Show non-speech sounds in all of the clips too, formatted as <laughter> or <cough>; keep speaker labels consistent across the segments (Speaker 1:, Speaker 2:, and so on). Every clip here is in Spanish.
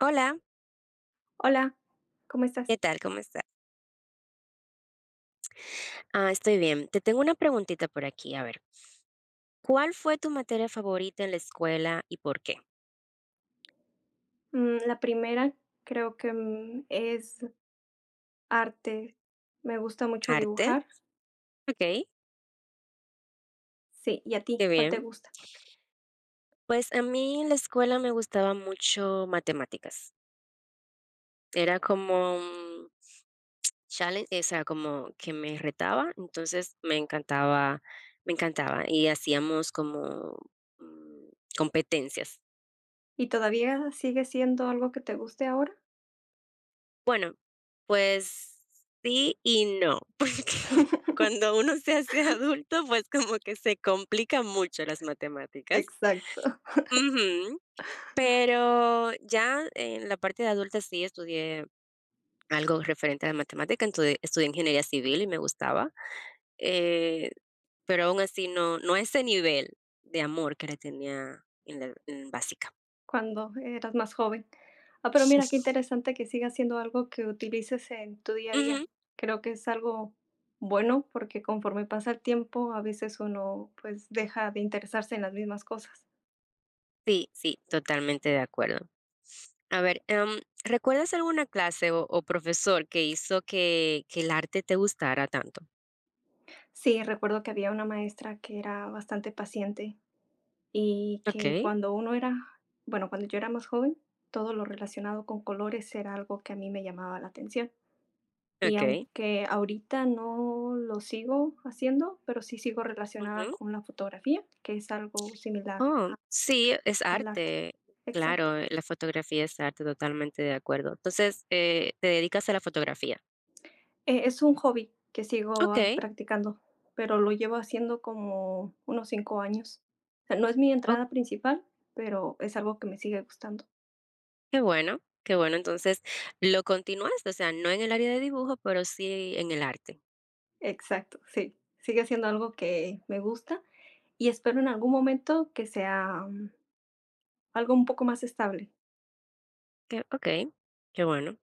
Speaker 1: Hola,
Speaker 2: Hola, ¿cómo estás?
Speaker 1: ¿qué tal? ¿Cómo estás? Ah, estoy bien. Te tengo una preguntita por aquí. A ver, ¿cuál fue tu materia favorita en la escuela y por qué?
Speaker 2: La primera creo que, es arte. Me gusta mucho
Speaker 1: ¿Arte?
Speaker 2: dibujar.
Speaker 1: <laughs> Ok,
Speaker 2: Sí, ¿y a ti?
Speaker 1: qué
Speaker 2: ¿Cuál te
Speaker 1: bien.
Speaker 2: gusta?
Speaker 1: Pues a mí en la escuela me gustaba mucho matemáticas. Era como un challenge, o sea, como que me retaba, entonces me encantaba, me encantaba. Y hacíamos como mm, competencias.
Speaker 2: ¿Y todavía sigue siendo algo que te guste ahora?
Speaker 1: Bueno, pues sí y no, <laughs> porque
Speaker 2: <laughs>
Speaker 1: cuando uno se hace adulto, pues como que se complican mucho las matemáticas.
Speaker 2: Exacto,
Speaker 1: Ujú. Pero ya en la parte de adulta sí estudié algo referente a la matemática, estudié ingeniería civil y me gustaba, eh, pero aún así no, no a ese nivel de amor que le tenía en básica.
Speaker 2: cuando eras más joven. Ah, pero mira, qué interesante que siga siendo algo que utilices en tu día a
Speaker 1: Ujú.
Speaker 2: día. Creo que es algo bueno, porque conforme pasa el tiempo, a veces uno, pues, deja de interesarse en las mismas cosas.
Speaker 1: Sí, sí, totalmente de acuerdo. A ver, ¿recuerdas alguna clase o profesor que hizo que el arte te gustara tanto?
Speaker 2: Sí, recuerdo que había una maestra que era bastante paciente y
Speaker 1: Ok,
Speaker 2: que cuando uno era, bueno, cuando yo era más joven, todo lo relacionado con colores era algo que a mí me llamaba la atención. Y
Speaker 1: ok.
Speaker 2: aunque ahorita no lo sigo haciendo, pero sí sigo relacionada
Speaker 1: Ujú.
Speaker 2: con la fotografía, que es algo similar
Speaker 1: Oh, sí, es
Speaker 2: al arte.
Speaker 1: arte.
Speaker 2: Exacto.
Speaker 1: Claro, la fotografía es arte, totalmente de acuerdo. Entonces, te dedicas a la fotografía.
Speaker 2: Es un hobby que sigo
Speaker 1: Ok,
Speaker 2: practicando, pero lo llevo haciendo como unos cinco años. O sea, no es mi
Speaker 1: oh,
Speaker 2: entrada principal, pero es algo que me sigue gustando.
Speaker 1: qué bueno, qué bueno. Entonces, lo continuaste, o sea, no en el área de dibujo, pero sí en el arte.
Speaker 2: Exacto, sí. Sigue siendo algo que me gusta y espero en algún momento que sea, algo un poco más estable.
Speaker 1: Ok, qué bueno.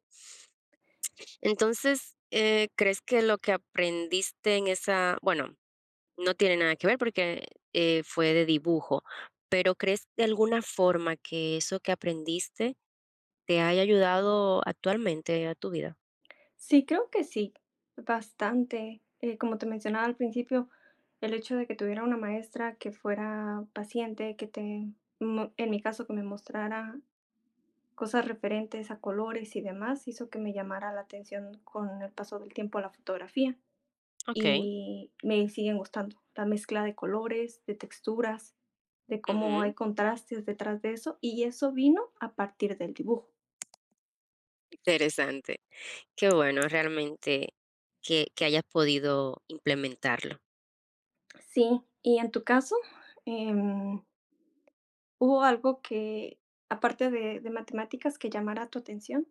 Speaker 1: Entonces, ¿crees que lo que aprendiste en esa, bueno, no tiene nada que ver porque, fue de dibujo, pero, ¿crees de alguna forma que eso que aprendiste te haya ayudado actualmente a tu vida?
Speaker 2: Sí, creo que sí, bastante. Como te mencionaba al principio, el hecho de que tuviera una maestra que fuera paciente, en mi caso, que me mostrara cosas referentes a colores y demás, hizo que me llamara la atención con el paso del tiempo la fotografía
Speaker 1: Okey,
Speaker 2: y me siguen gustando la mezcla de colores, de texturas, de cómo
Speaker 1: ujú,
Speaker 2: hay contrastes detrás de eso, y eso vino a partir del dibujo.
Speaker 1: interesante. Qué bueno, realmente que hayas podido implementarlo.
Speaker 2: Sí, y en tu caso, em, ¿hubo algo que, aparte de matemáticas, que llamara tu atención?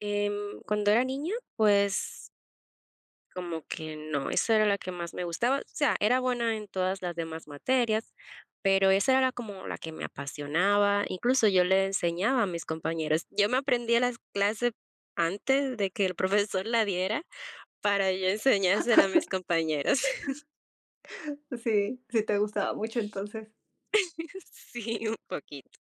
Speaker 1: Cuando era niña, pues como que no, esa era la que más me gustaba, o sea, era buena en todas las demás materias, pero esa era como la que me apasionaba, incluso yo le enseñaba a mis compañeros. Yo me aprendía las clases antes de que el profesor la diera para yo enseñársela a mis compañeros.
Speaker 2: Sí, sí te gustaba mucho, entonces.
Speaker 1: <laughs> Sí, un poquito.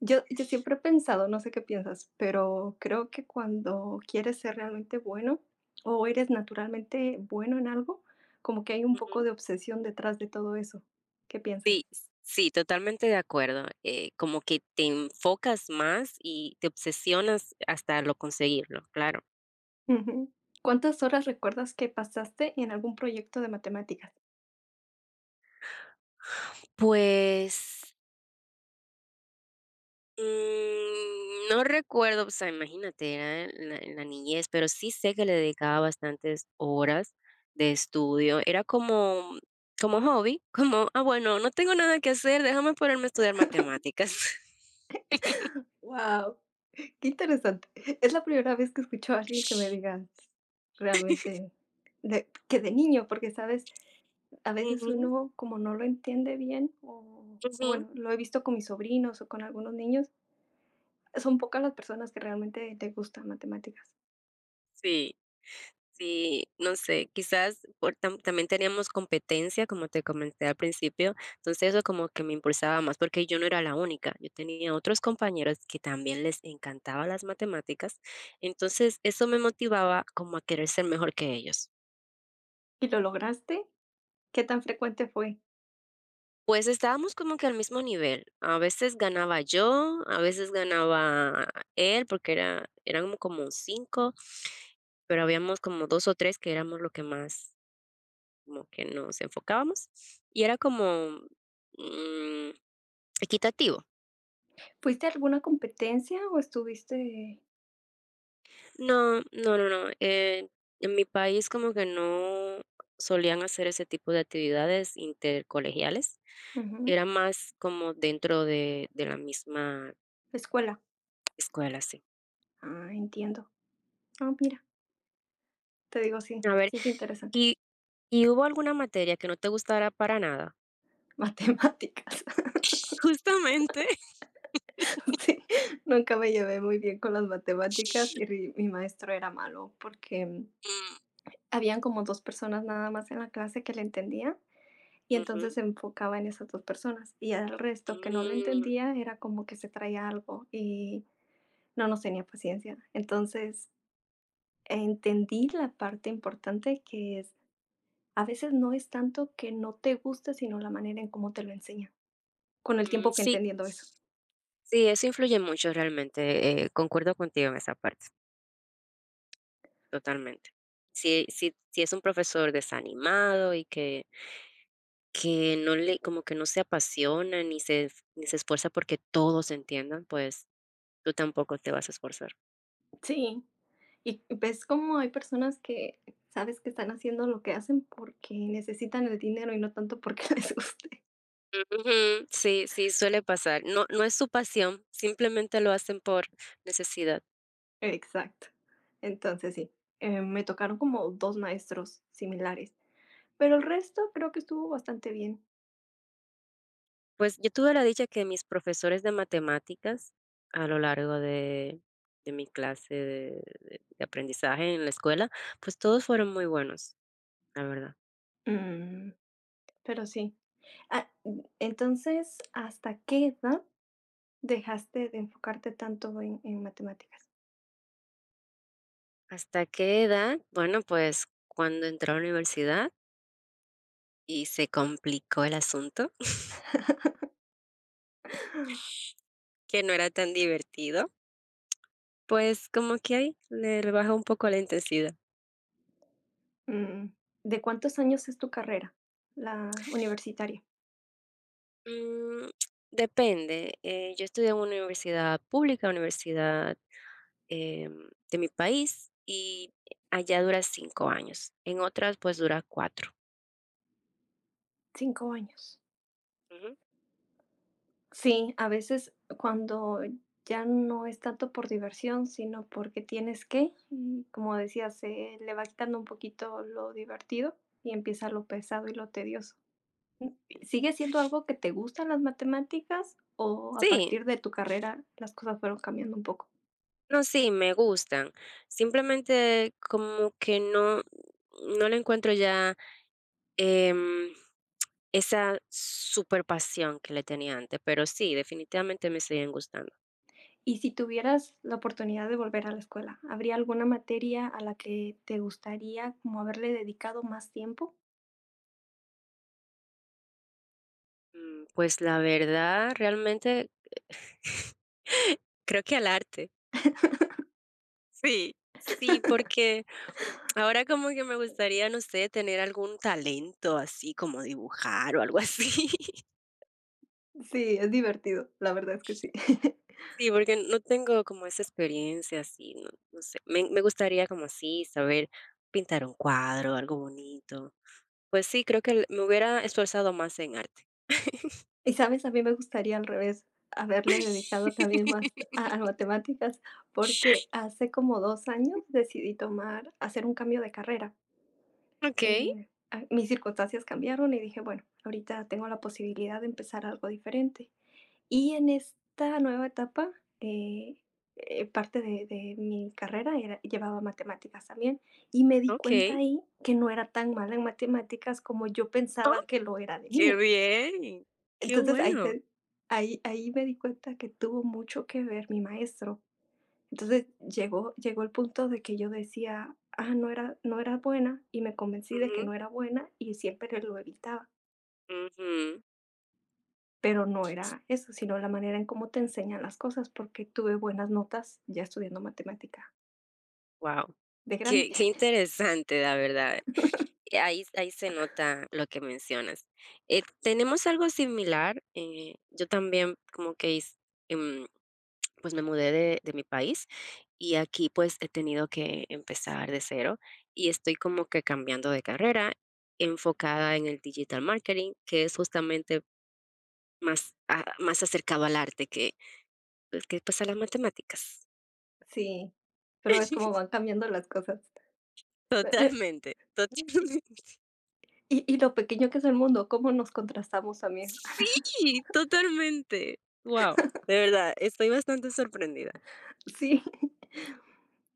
Speaker 2: Yo siempre he pensado, no sé qué piensas, pero creo que cuando quieres ser realmente bueno, o eres naturalmente bueno en algo, como que hay un poco
Speaker 1: Ujú.
Speaker 2: de obsesión detrás de todo eso. ¿Qué
Speaker 1: Sí,
Speaker 2: piensas?
Speaker 1: sí, totalmente de acuerdo, como que te enfocas más y te obsesionas hasta lo conseguirlo, claro.
Speaker 2: Ujú. ¿Cuántas horas recuerdas que pasaste en algún proyecto de matemáticas?
Speaker 1: Pues no recuerdo, o sea, imagínate, era en la niñez, pero sí sé que le dedicaba bastantes horas de estudio. Era como hobby, <laughs> como: "Ah, bueno, no tengo nada que hacer, déjame ponerme a estudiar matemáticas". <laughs>
Speaker 2: ¡Wow! Qué interesante. Es la primera vez que escucho a alguien que me diga realmente de que de niño, porque, ¿sabes? A veces
Speaker 1: Ujú,
Speaker 2: uno como no lo entiende bien, o
Speaker 1: ujú,
Speaker 2: bueno, lo he visto con mis sobrinos o con algunos niños, son pocas las personas que realmente te gustan matemáticas.
Speaker 1: sí. Sí, no sé, quizás por también teníamos competencia, como te comenté al principio, entonces eso como que me impulsaba más, porque yo no era la única, yo tenía otros compañeros que también les encantaba las matemáticas, entonces eso me motivaba como a querer ser mejor que ellos.
Speaker 2: ¿Y lo lograste? ¿Qué tan frecuente fue?
Speaker 1: Pues estábamos como que al mismo nivel, a veces ganaba yo, a veces ganaba él, porque eran como 5, pero habíamos como 2 o 3 que éramos lo que más como que nos enfocábamos y era como mm, equitativo.
Speaker 2: ¿Fuiste a alguna competencia o estuviste?
Speaker 1: No, no, no, no. En mi país como que no solían hacer ese tipo de actividades intercolegiales.
Speaker 2: Ujú.
Speaker 1: Era más como dentro de la misma
Speaker 2: ¿Escuela?
Speaker 1: escuela, sí.
Speaker 2: Ah, entiendo. Ah, mira. Te digo, sí,
Speaker 1: A ver,
Speaker 2: sí es interesante.
Speaker 1: ¿y, y hubo alguna materia que no te gustara para nada?
Speaker 2: Matemáticas. <laughs>
Speaker 1: <laughs> Justamente.
Speaker 2: Sí, nunca me llevé muy bien con las matemáticas y mi maestro era malo porque
Speaker 1: Mm,
Speaker 2: habían como dos personas nada más en la clase que le entendían y
Speaker 1: ujú,
Speaker 2: entonces se enfocaba en esas dos personas y al resto que no le
Speaker 1: mm,
Speaker 2: entendía era como que se traía algo y no nos tenía paciencia. Entonces entendí la parte importante que es, a veces no es tanto que no te guste, sino la manera en cómo te lo enseña. Con el
Speaker 1: mm,
Speaker 2: tiempo fui
Speaker 1: sí,
Speaker 2: entendiendo eso.
Speaker 1: sí, eso influye mucho realmente. Concuerdo contigo en esa parte. Totalmente. Si es un profesor desanimado y que no le como que no se apasiona ni se esfuerza porque todos entiendan, pues, tú tampoco te vas a esforzar.
Speaker 2: Sí. Y ves cómo hay personas que sabes que están haciendo lo que hacen porque necesitan el dinero y no tanto porque <laughs> les guste.
Speaker 1: Ujú, sí, sí, suele pasar. No, no es su pasión, simplemente lo hacen por necesidad.
Speaker 2: Exacto. Entonces sí, me tocaron como 2 maestros similares, pero el resto creo que estuvo bastante bien.
Speaker 1: Pues, yo tuve la dicha que mis profesores de matemáticas a lo largo de mi clase de aprendizaje en la escuela, pues, todos fueron muy buenos, la verdad.
Speaker 2: Mm, pero sí. Entonces, ¿hasta qué edad dejaste de enfocarte tanto en matemáticas?
Speaker 1: ¿Hasta qué edad? Bueno, pues cuando entró a la universidad y se complicó el asunto, <laughs> que no era tan divertido, pues como que ahí le rebajé un poco la intensidad.
Speaker 2: Mm, ¿De cuántos años es tu carrera, la universitaria?
Speaker 1: Mm, Depende. Yo estudié en una universidad pública, universidad de mi país, y allá dura 5 años. En otras, pues dura cuatro.
Speaker 2: Cinco años.
Speaker 1: Ujú.
Speaker 2: Sí, a veces cuando ya no es tanto por diversión, sino porque tienes que, y como decías, se le va quitando un poquito lo divertido y empieza lo pesado y lo tedioso. Mm,
Speaker 1: Sí,
Speaker 2: ¿Sigue siendo algo que te gustan las matemáticas o a
Speaker 1: sí,
Speaker 2: partir de tu carrera las cosas fueron cambiando un poco?
Speaker 1: no, sí, me gustan. Simplemente como que no, no le encuentro ya Em, esa super pasión que le tenía antes, pero sí, definitivamente me siguen gustando.
Speaker 2: Y si tuvieras la oportunidad de volver a la escuela, ¿habría alguna materia a la que te gustaría como haberle dedicado más tiempo?
Speaker 1: Pues la verdad, realmente <laughs> creo que al arte. Sí, sí, porque ahora como que me gustaría, no sé, tener algún talento así como dibujar o algo así. <laughs>
Speaker 2: Sí, es divertido, la verdad es que sí. <laughs>
Speaker 1: Sí, porque no tengo como esa experiencia así, no, no sé. Me gustaría como así saber pintar un cuadro, algo bonito. Pues sí, creo que me hubiera esforzado más en arte.
Speaker 2: Y, ¿sabes? A mí me gustaría al revés, haberle dedicado también más a
Speaker 1: <laughs>
Speaker 2: matemáticas, porque hace como 2 años decidí tomar hacer un cambio de carrera.
Speaker 1: Okey,
Speaker 2: Mis circunstancias cambiaron y dije: "Bueno, ahorita tengo la posibilidad de empezar algo diferente". Y en esta nueva etapa, eh parte de mi carrera era llevaba matemáticas también, y me di cuenta
Speaker 1: okey,
Speaker 2: ahí que no era tan mala en matemáticas como yo pensaba que lo era de
Speaker 1: qué
Speaker 2: niña.
Speaker 1: bien, qué
Speaker 2: Entonces, ahí
Speaker 1: bueno.
Speaker 2: te ahí ahí me di cuenta que tuvo mucho que ver mi maestro. Entonces, llegó el punto de que yo decía: "Ah, no era buena", y me convencí de que
Speaker 1: Ujú,
Speaker 2: no era buena y siempre lo evitaba,
Speaker 1: ujú.
Speaker 2: pero no era eso, sino la manera en cómo te enseñan las cosas, porque tuve buenas notas ya estudiando matemática
Speaker 1: Guau,
Speaker 2: de grande.
Speaker 1: qué
Speaker 2: <laughs>
Speaker 1: qué interesante, la verdad. Ahí se nota lo que mencionas. Tenemos algo similar, yo también como que hice, em pues me mudé de mi país y aquí pues he tenido que empezar de cero y estoy como que cambiando de carrera enfocada en el digital marketing, que es justamente más, más acercado al arte que pues a las matemáticas.
Speaker 2: Sí, pero es cómo
Speaker 1: <laughs>
Speaker 2: van cambiando las cosas. Me me
Speaker 1: Totalmente,
Speaker 2: y
Speaker 1: totalmente.
Speaker 2: y lo pequeño que es el mundo, cómo nos contrastamos también.
Speaker 1: Sí, totalmente. Wow, de verdad, estoy bastante sorprendida.
Speaker 2: <laughs> Sí.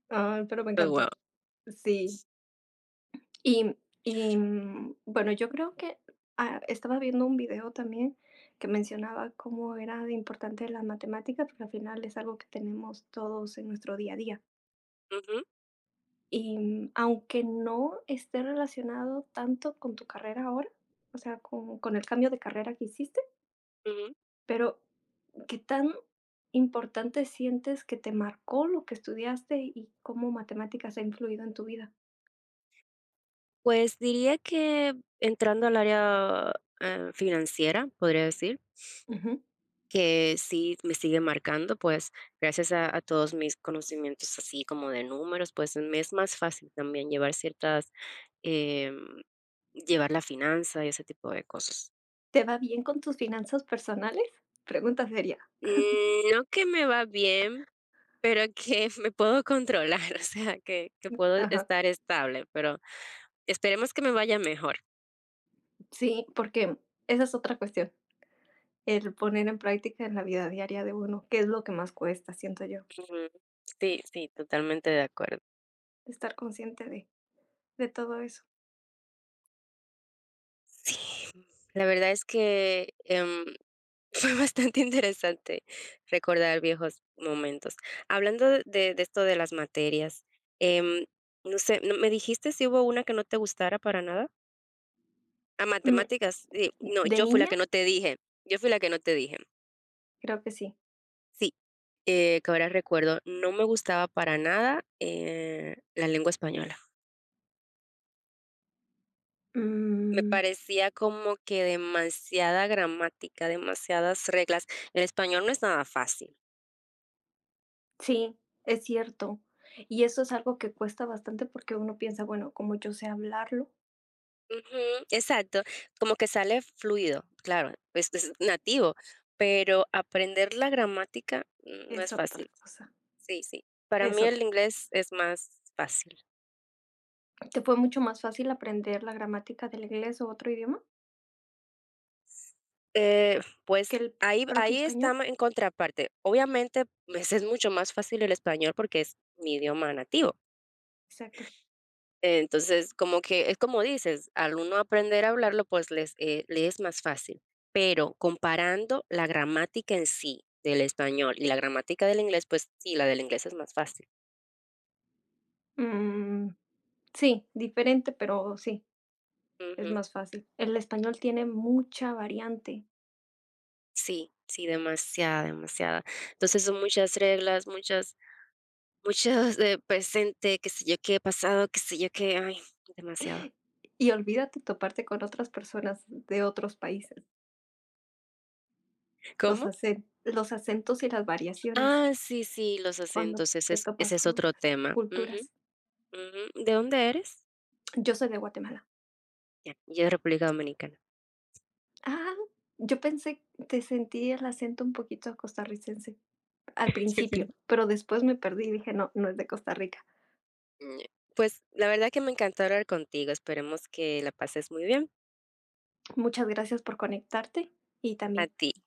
Speaker 2: Ay, pero me
Speaker 1: Wow.
Speaker 2: encantó. Sí. Y y bueno, yo creo que, estaba viendo un video también que mencionaba cómo era de importante la matemática, porque al final es algo que tenemos todos en nuestro día a día. Y, aunque no esté relacionado tanto con tu carrera ahora, o sea, con el cambio de carrera que hiciste, pero, ¿qué tan importante sientes que te marcó lo que estudiaste y cómo matemáticas ha influido en tu vida?
Speaker 1: Pues diría que entrando al área financiera, podría decir
Speaker 2: Ujú.
Speaker 1: que sí me sigue marcando, pues, gracias a todos mis conocimientos así como de números, pues, me es más fácil también llevar ciertas, em, llevar la finanza y ese tipo de cosas.
Speaker 2: ¿Te va bien con tus finanzas personales? Pregunta seria.
Speaker 1: No que me va bien, pero que <laughs> me puedo controlar, <laughs> o sea, que puedo
Speaker 2: Ajá.
Speaker 1: estar estable, pero esperemos que me vaya mejor.
Speaker 2: Sí, porque esa es otra cuestión, el poner en práctica en la vida diaria de uno, que es lo que más cuesta, siento yo,
Speaker 1: Ujú. Sí, sí, totalmente de acuerdo.
Speaker 2: estar consciente de todo eso.
Speaker 1: Sí, la verdad es que, fue bastante <laughs> interesante recordar viejos momentos. Hablando de esto de las materias, em, no sé, ¿no me dijiste si hubo una que no te gustara para nada? A
Speaker 2: Mm,
Speaker 1: matemáticas, sí, no,
Speaker 2: de
Speaker 1: yo fui la
Speaker 2: niña,
Speaker 1: que no te dije, yo fui la que no te dije.
Speaker 2: creo que sí.
Speaker 1: Sí, que ahora recuerdo, no me gustaba para nada, la lengua española. Me
Speaker 2: Mm,
Speaker 1: parecía como que demasiada gramática, demasiadas reglas. El español no es nada fácil.
Speaker 2: sí, es cierto. Y eso es algo que cuesta bastante porque uno piensa, bueno, como yo sé hablarlo,
Speaker 1: Ujú, exacto, como que sale fluido, claro, pues es nativo, pero aprender la gramática no
Speaker 2: es
Speaker 1: es
Speaker 2: otra
Speaker 1: fácil.
Speaker 2: cosa,
Speaker 1: Sí, sí. Para
Speaker 2: es
Speaker 1: mí el
Speaker 2: otra.
Speaker 1: inglés es más fácil.
Speaker 2: ¿Te fue mucho más fácil aprender la gramática del inglés o otro idioma que
Speaker 1: Pues
Speaker 2: el
Speaker 1: ahí
Speaker 2: propio
Speaker 1: ahí
Speaker 2: español?
Speaker 1: estamos en contraparte. Obviamente, pues, es mucho más fácil el español porque es mi idioma nativo.
Speaker 2: Exacto.
Speaker 1: Entonces, como que es como dices, al uno aprender a hablarlo, pues le es más fácil. Pero comparando la gramática en sí del español y la gramática del inglés, pues sí, la del inglés es más fácil.
Speaker 2: Mm, sí, diferente, pero sí. Es
Speaker 1: Ujú.
Speaker 2: más fácil. El español tiene mucha variante.
Speaker 1: Sí, sí, demasiada, demasiada. Entonces son muchas reglas, muchas, <laughs> muchas de presente, qué sé yo qué, pasado, qué sé yo qué, ay, demasiado.
Speaker 2: Y olvídate toparte con otras personas de otros países. Los
Speaker 1: ¿Cómo?
Speaker 2: acen los acentos y las variaciones
Speaker 1: Ah, sí, sí, los
Speaker 2: cuando
Speaker 1: acentos, ese
Speaker 2: te
Speaker 1: es, ese
Speaker 2: topas
Speaker 1: es
Speaker 2: con
Speaker 1: otro
Speaker 2: otras
Speaker 1: tema. Ujú,
Speaker 2: culturas.
Speaker 1: ujú. ¿De dónde eres?
Speaker 2: Yo soy de Guatemala.
Speaker 1: Ya, yo de República Dominicana.
Speaker 2: Ah, yo pensé te sentí el acento un poquito costarricense al principio,
Speaker 1: <laughs>
Speaker 2: pero después me perdí y dije: "No, no es de Costa Rica".
Speaker 1: Mm, pues, la verdad que me encantó hablar contigo, esperemos que la pases muy bien.
Speaker 2: Muchas gracias por conectarte y
Speaker 1: A
Speaker 2: también
Speaker 1: ti. Bye.